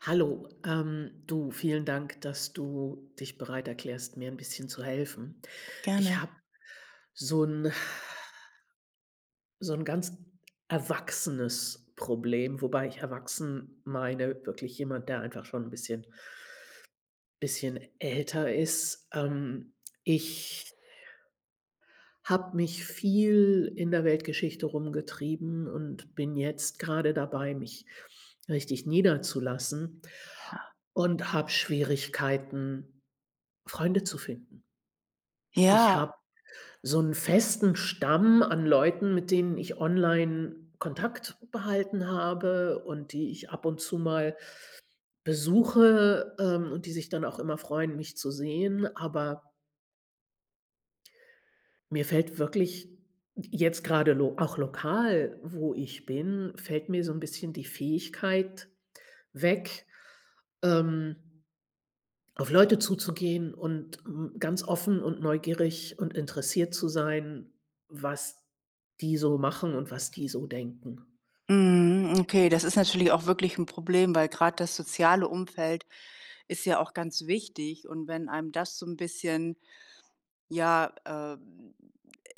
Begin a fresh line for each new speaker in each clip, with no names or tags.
Hallo, du, vielen Dank, dass du dich bereit erklärst, mir ein bisschen zu helfen. Ich
Gerne.
habe so ein so ein ganz erwachsenes Problem, wobei ich erwachsen meine wirklich jemand, der einfach schon ein bisschen älter ist. Ich habe mich viel in der Weltgeschichte rumgetrieben und bin jetzt gerade dabei, mich richtig niederzulassen und habe Schwierigkeiten Freunde zu finden. Ich habe
Ja,
so einen festen Stamm an Leuten, mit denen ich online Kontakt behalten habe und die ich ab und zu mal besuche, und die sich dann auch immer freuen, mich zu sehen. Aber mir fällt wirklich jetzt gerade lo auch lokal, wo ich bin, fällt mir so 'n bisschen die Fähigkeit weg, ähm auf Leute zuzugehen und m ganz offen und neugierig und interessiert zu sein, was die so machen und was die so denken.
mhm, okay, das ist natürlich auch wirklich ein Problem, weil gerade das soziale Umfeld ist ja auch ganz wichtig und wenn einem das so ein bisschen, ja,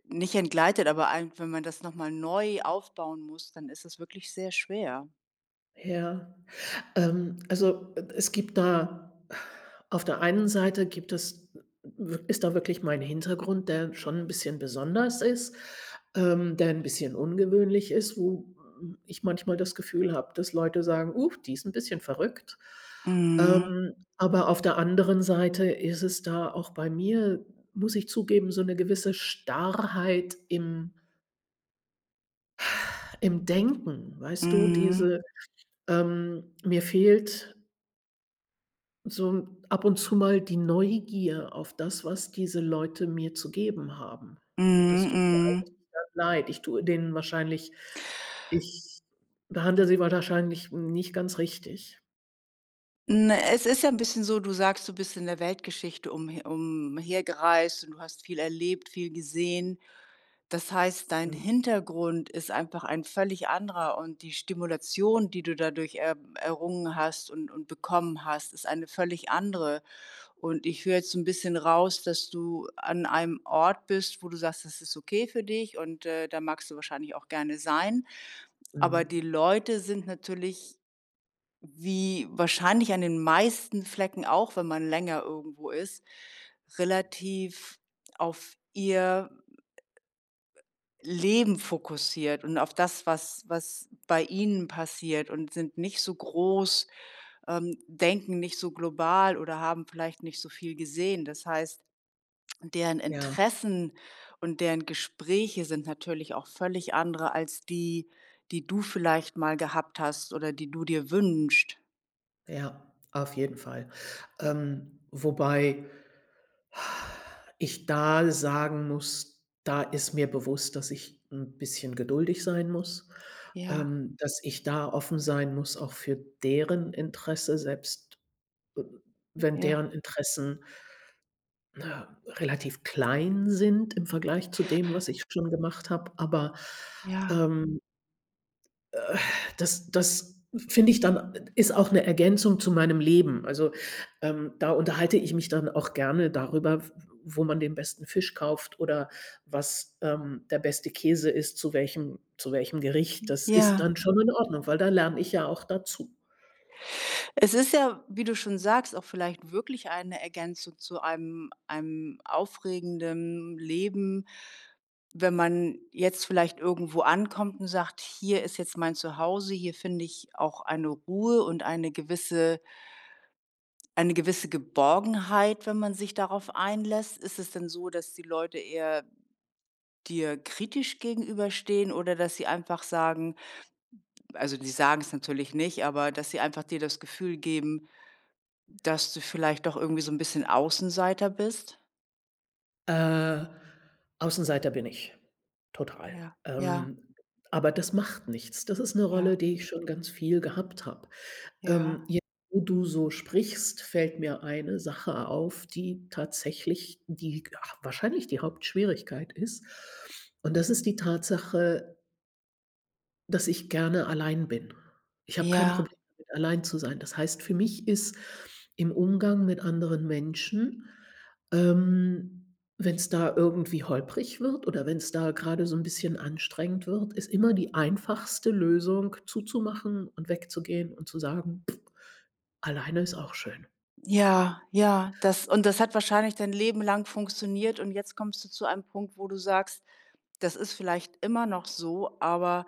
nicht entgleitet, aber ein wenn man das noch mal neu aufbauen muss, dann ist es wirklich sehr schwer.
Ja. Also, es gibt da auf der einen Seite gibt es ist da wirklich mein Hintergrund, der schon ein bisschen besonders ist, der ein bisschen ungewöhnlich ist, wo ich manchmal das Gefühl habe, dass Leute sagen: die ist ein bisschen verrückt.“
Mhm.
Ähm, aber auf der anderen Seite ist es da auch bei mir, muss ich zugeben, so eine gewisse Starrheit im Denken, weißt du? Diese,
Mhm.
ähm mir fehlt so ab und zu mal die Neugier auf das, was diese Leute mir zu geben haben. Und
Mhm.
das tut mir
Mhm.
eigentlich dann leid. Ich behandle sie wahrscheinlich nicht ganz richtig.
Hm, es ist ja ein bisschen so, du sagst, du bist in der Weltgeschichte umhergereist und du hast viel erlebt, viel gesehen. Das heißt, dein
Mhm,
Hintergrund ist einfach ein völlig anderer und die Stimulation, die du dadurch er errungen hast und bekommen hast, ist eine völlig andere. Und ich höre jetzt so 'n bisschen raus, dass du an einem Ort bist, wo du sagst, das ist okay für dich und, da magst du wahrscheinlich auch gerne sein. Aber die
mhm.
Leute sind natürlich wie wahrscheinlich an den meisten Flecken auch, wenn man länger irgendwo ist, relativ auf ihr Leben fokussiert und auf das, was bei ihnen passiert und sind nicht so groß, denken nicht so global oder haben vielleicht nicht so viel gesehen. Das heißt, deren
Ja,
Interessen und deren Gespräche sind natürlich auch völlig andere als die, die du vielleicht mal gehabt hast oder die du dir wünschst.
ja, auf jeden Fall. Wobei ich da sagen muss, da ist mir bewusst, dass ich ein bisschen geduldig sein muss,
Ja,
dass ich da offen sein muss auch für deren Interesse, selbst, äh, wenn
ja.
deren Interessen, na, relativ klein sind im Vergleich zu dem, was ich schon gemacht habe. Aber,
Ja,
ähm das finde ich dann ist auch eine Ergänzung zu meinem Leben. Also, da unterhalte ich mich dann auch gerne darüber, wo man den besten Fisch kauft oder was, der beste Käse ist, zu welchem Gericht. Das ist
ja.
dann schon in Ordnung, weil da lerne ich ja auch dazu.
Es ist ja, wie du schon sagst, auch vielleicht wirklich eine Ergänzung zu einem aufregenden Leben, wenn man jetzt vielleicht irgendwo ankommt und sagt: „Hier ist jetzt mein Zuhause, hier finde ich auch eine Ruhe und eine gewisse Geborgenheit“, wenn man sich darauf einlässt. Ist es denn so, dass die Leute eher dir kritisch gegenüberstehen oder dass sie einfach sagen, also, die sagen es natürlich nicht, aber dass sie einfach dir das Gefühl geben, dass du vielleicht doch irgendwie so ein bisschen Außenseiter bist?
Äh, Außenseiter bin ich, total.
Ja, ja,
Ähm, aber das macht nichts. Das ist eine Rolle,
ja,
die ich schon ganz viel gehabt habe.
ja,
Jetzt, wo du so sprichst, fällt mir eine Sache auf, die tatsächlich die ha wahrscheinlich die Hauptschwierigkeit ist. Und das ist die Tatsache, dass ich gerne allein bin. Ich habe kein
ja,
Problem damit, allein zu sein. Das heißt, für mich ist im Umgang mit anderen Menschen, wenn es da irgendwie holprig wird oder wenn es da gerade so ein bisschen anstrengend wird, ist immer die einfachste Lösung zuzumachen und wegzugehen und zu sagen: Alleine ist auch schön.
ja, ja. Das, und das hat wahrscheinlich dein Leben lang funktioniert, und jetzt kommst du zu einem Punkt, wo du sagst: „Das ist vielleicht immer noch so, aber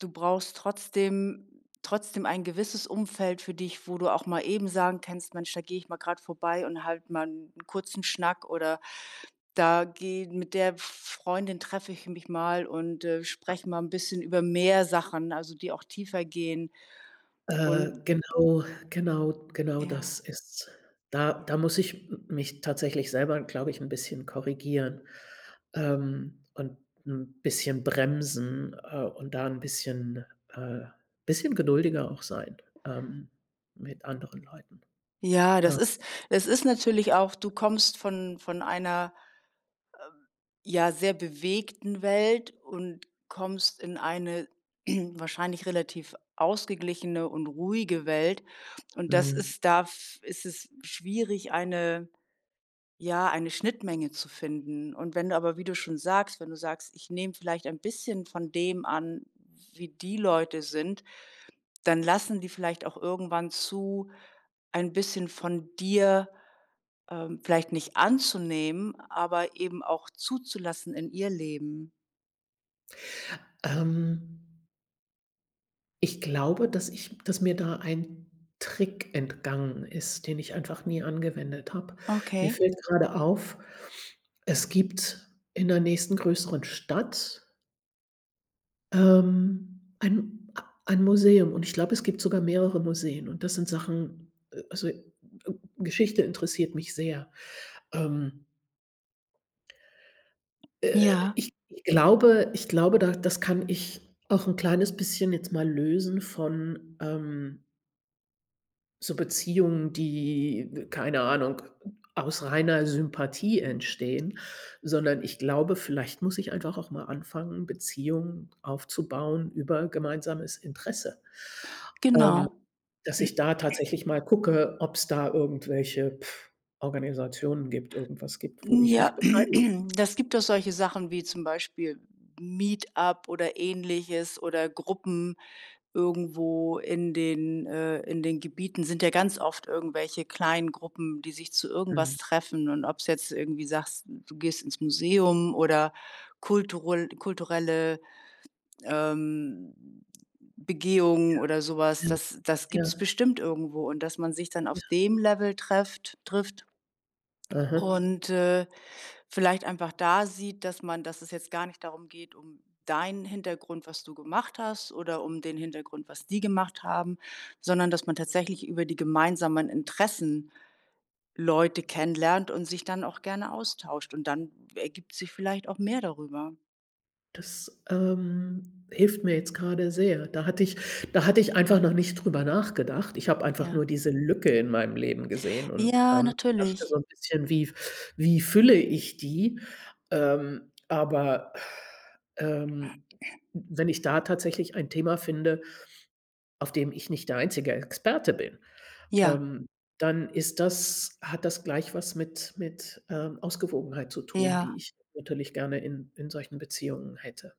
du brauchst trotzdem ein gewisses Umfeld für dich, wo du auch mal eben sagen kannst: ‚Mensch, da gehe ich mal gerade vorbei und halt mal einen kurzen Schnack, oder da gehe mit der Freundin treffe ich mich mal und, spreche mal ein bisschen über mehr Sachen, also, die auch tiefer gehen.
Äh,
Und
genau, genau das
ja.
ist... Da muss ich m mich tatsächlich selber, glaube ich, 'n bisschen korrigieren, und 'n bisschen bremsen, und da 'n bisschen äh, bisschen geduldiger auch sein, ähm, mit anderen Leuten.
Ja, das
Ähm,
ist natürlich auch du kommst von einer, ja, sehr bewegten Welt und kommst in eine wahrscheinlich relativ ausgeglichene und ruhige Welt. Und das
mhm.
ist da f ist es schwierig, eine Ja, eine Schnittmenge zu finden. Und wenn du aber, wie du schon sagst, wenn du sagst: „Ich nehme vielleicht ein bisschen von dem an, wie die Leute sind“, dann lassen die vielleicht auch irgendwann zu, ein bisschen von dir, vielleicht nicht anzunehmen, aber eben auch zuzulassen in ihr Leben.
Ähm ich glaube, dass mir da ein Trick entgangen ist, den ich einfach nie angewendet habe. Mir
Okay,
fällt gerade auf, es gibt in der nächsten größeren Stadt, ähm, ein ein Museum und ich glaube, es gibt sogar mehrere Museen und das sind Sachen also, Geschichte interessiert mich sehr. Ähm,
ja,
ich glaube, da das kann ich auch ein kleines bisschen jetzt mal lösen von, so Beziehungen, die, keine Ahnung, aus reiner Sympathie entstehen, sondern ich glaube, vielleicht muss ich einfach auch mal anfangen, Beziehungen aufzubauen über gemeinsames Interesse. Ähm,
genau.
dass ich da tatsächlich mal gucke, ob es da irgendwelche, Organisationen gibt, irgendwas gibt, wo ich mich
Ja,
beteilige.
das gibt doch solche Sachen wie zum Beispiel Meetup oder Ähnliches, oder Gruppen irgendwo in den Gebieten sind ja ganz oft irgendwelche kleinen Gruppen, die sich zu irgendwas
Mhm.
treffen. Und ob es jetzt irgendwie sagst, du gehst ins Museum oder kulturelle, ähm, Begehungen oder
Ja,
sowas, was, das
ja,
gibt's bestimmt irgendwo. Und dass man sich dann auf
ja.
dem Level trefft trifft
Aha.
und, vielleicht einfach da sieht, dass man dass es jetzt gar nicht darum geht, um deinen Hintergrund, was du gemacht hast, oder um den Hintergrund, was die gemacht haben, sondern dass man tatsächlich über die gemeinsamen Interessen Leute kennenlernt und sich dann auch gerne austauscht, und dann ergibt sich vielleicht auch mehr darüber.
Das, hilft mir jetzt gerade sehr. Da hatte ich einfach noch nicht drüber nachgedacht. Ich habe einfach
Ja.
nur diese Lücke in meinem Leben gesehen und,
Ja,
dachte so
natürlich.
ein bisschen: „Wie wie fülle ich die?“ Ähm, aber, ähm, wenn ich da tatsächlich ein Thema finde, auf dem ich nicht der einzige Experte bin,
Ja,
ähm, dann ist das hat das gleich was mit mit Ausgewogenheit zu tun, die
ja.
ich natürlich gerne in solchen Beziehungen hätte.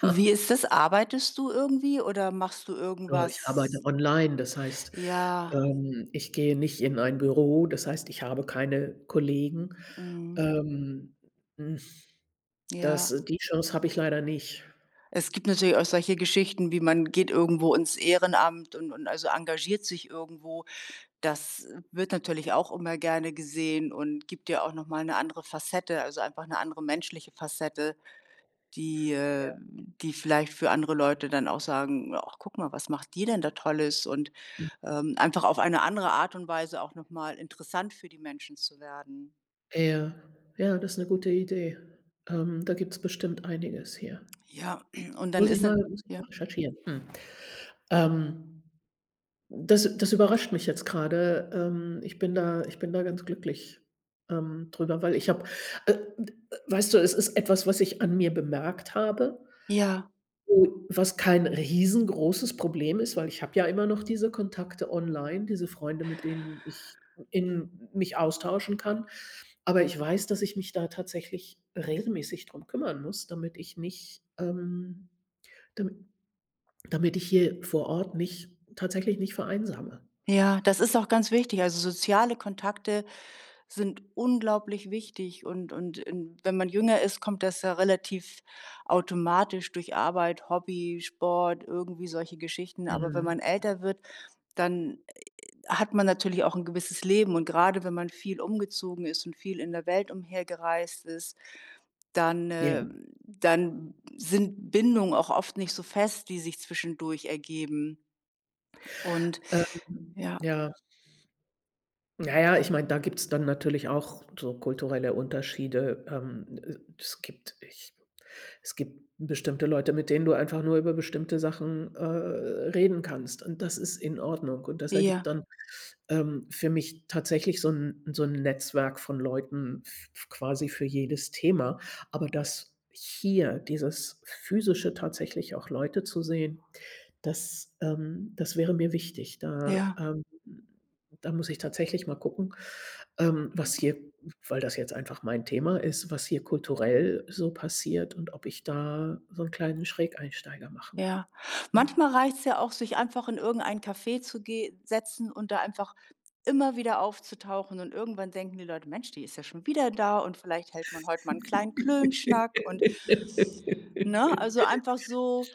Und wie
Ha.
ist das? Arbeitest du irgendwie oder machst du
Ich
irgendwas?
arbeite online, das heißt,
Ja,
ich gehe nicht in ein Büro, das heißt, ich habe keine Kollegen.
mhm,
Ähm, hm,
ja.
das, die Chance habe ich leider nicht.
Es gibt natürlich auch solche Geschichten, wie man geht irgendwo ins Ehrenamt und also engagiert sich irgendwo. Das wird natürlich auch immer gerne gesehen und gibt ja auch noch mal 'ne andere Facette, also einfach eine andere menschliche Facette, die
Ja.
die vielleicht für andere Leute dann auch sagen: „Ach, guck mal, was macht die denn da Tolles?“ Und,
Hm,
einfach auf eine andere Art und Weise auch noch mal interessant für die Menschen zu werden.
ja. Ja, das ist 'ne gute Idee. Da gibt's bestimmt einiges hier.
Ja, und dann ist dann
Muss ich mal
ja?
recherchieren. Hm. Ähm, das überrascht mich jetzt grade. Ich bin da ganz glücklich, drüber, weil ich habe d weißt du, es ist etwas, was ich an mir bemerkt habe.
Ja.
Oh, was kein riesengroßes Problem ist, weil ich habe ja immer noch diese Kontakte online, diese Freunde, mit denen ich in mich austauschen kann. Aber ich weiß, dass ich mich da tatsächlich regelmäßig drum kümmern muss, damit ich nicht, damit damit ich hier vor Ort nicht tatsächlich nicht vereinsame.
Ja, das ist auch ganz wichtig. Also soziale Kontakte sind unglaublich wichtig, und in wenn man jünger ist, kommt das ja relativ automatisch durch Arbeit, Hobby, Sport, irgendwie solche Geschichten. Aber wenn
Mhm.
man älter wird, dann hat man natürlich auch ein gewisses Leben, und gerade wenn man viel umgezogen ist und viel in der Welt umhergereist ist, dann,
Ja.
dann sind Bindungen auch oft nicht so fest, die sich zwischendurch ergeben und ja,
Ja. Na ja, ich meine, da gibt's dann natürlich auch so kulturelle Unterschiede. Es gibt bestimmte Leute, mit denen du einfach nur über bestimmte Sachen, reden kannst und das ist in Ordnung und das
ja,
ergibt dann, für mich tatsächlich so 'n Netzwerk von Leuten f quasi für jedes Thema. Aber das hier, dieses Physische, tatsächlich auch Leute zu sehen, das das wäre mir wichtig.
ja.
Da muss ich tatsächlich mal gucken, was hier, weil das jetzt einfach mein Thema ist, was hier kulturell so passiert und ob ich da so einen kleinen Schrägeinsteiger machen.
Ja. Manchmal reicht's ja auch, sich einfach in irgendein Café zu ge setzen und da einfach immer wieder aufzutauchen, und irgendwann denken die Leute: „Mensch, die ist ja schon wieder da, und vielleicht hält man heute mal einen kleinen Klönschnack“ und, ne? Also, einfach so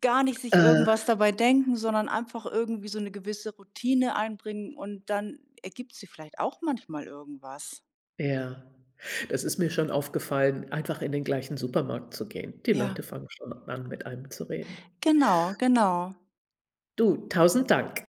gar nicht sich
Äh,
irgendwas dabei denken, sondern einfach irgendwie so eine gewisse Routine einbringen, und dann ergibt sie vielleicht auch manchmal irgendwas.
ja. Das ist mir schon aufgefallen, einfach in den gleichen Supermarkt zu gehen. Die Leute
Ja,
fangen schon an, mit einem zu reden.
genau, genau.
Du, tausend Dank.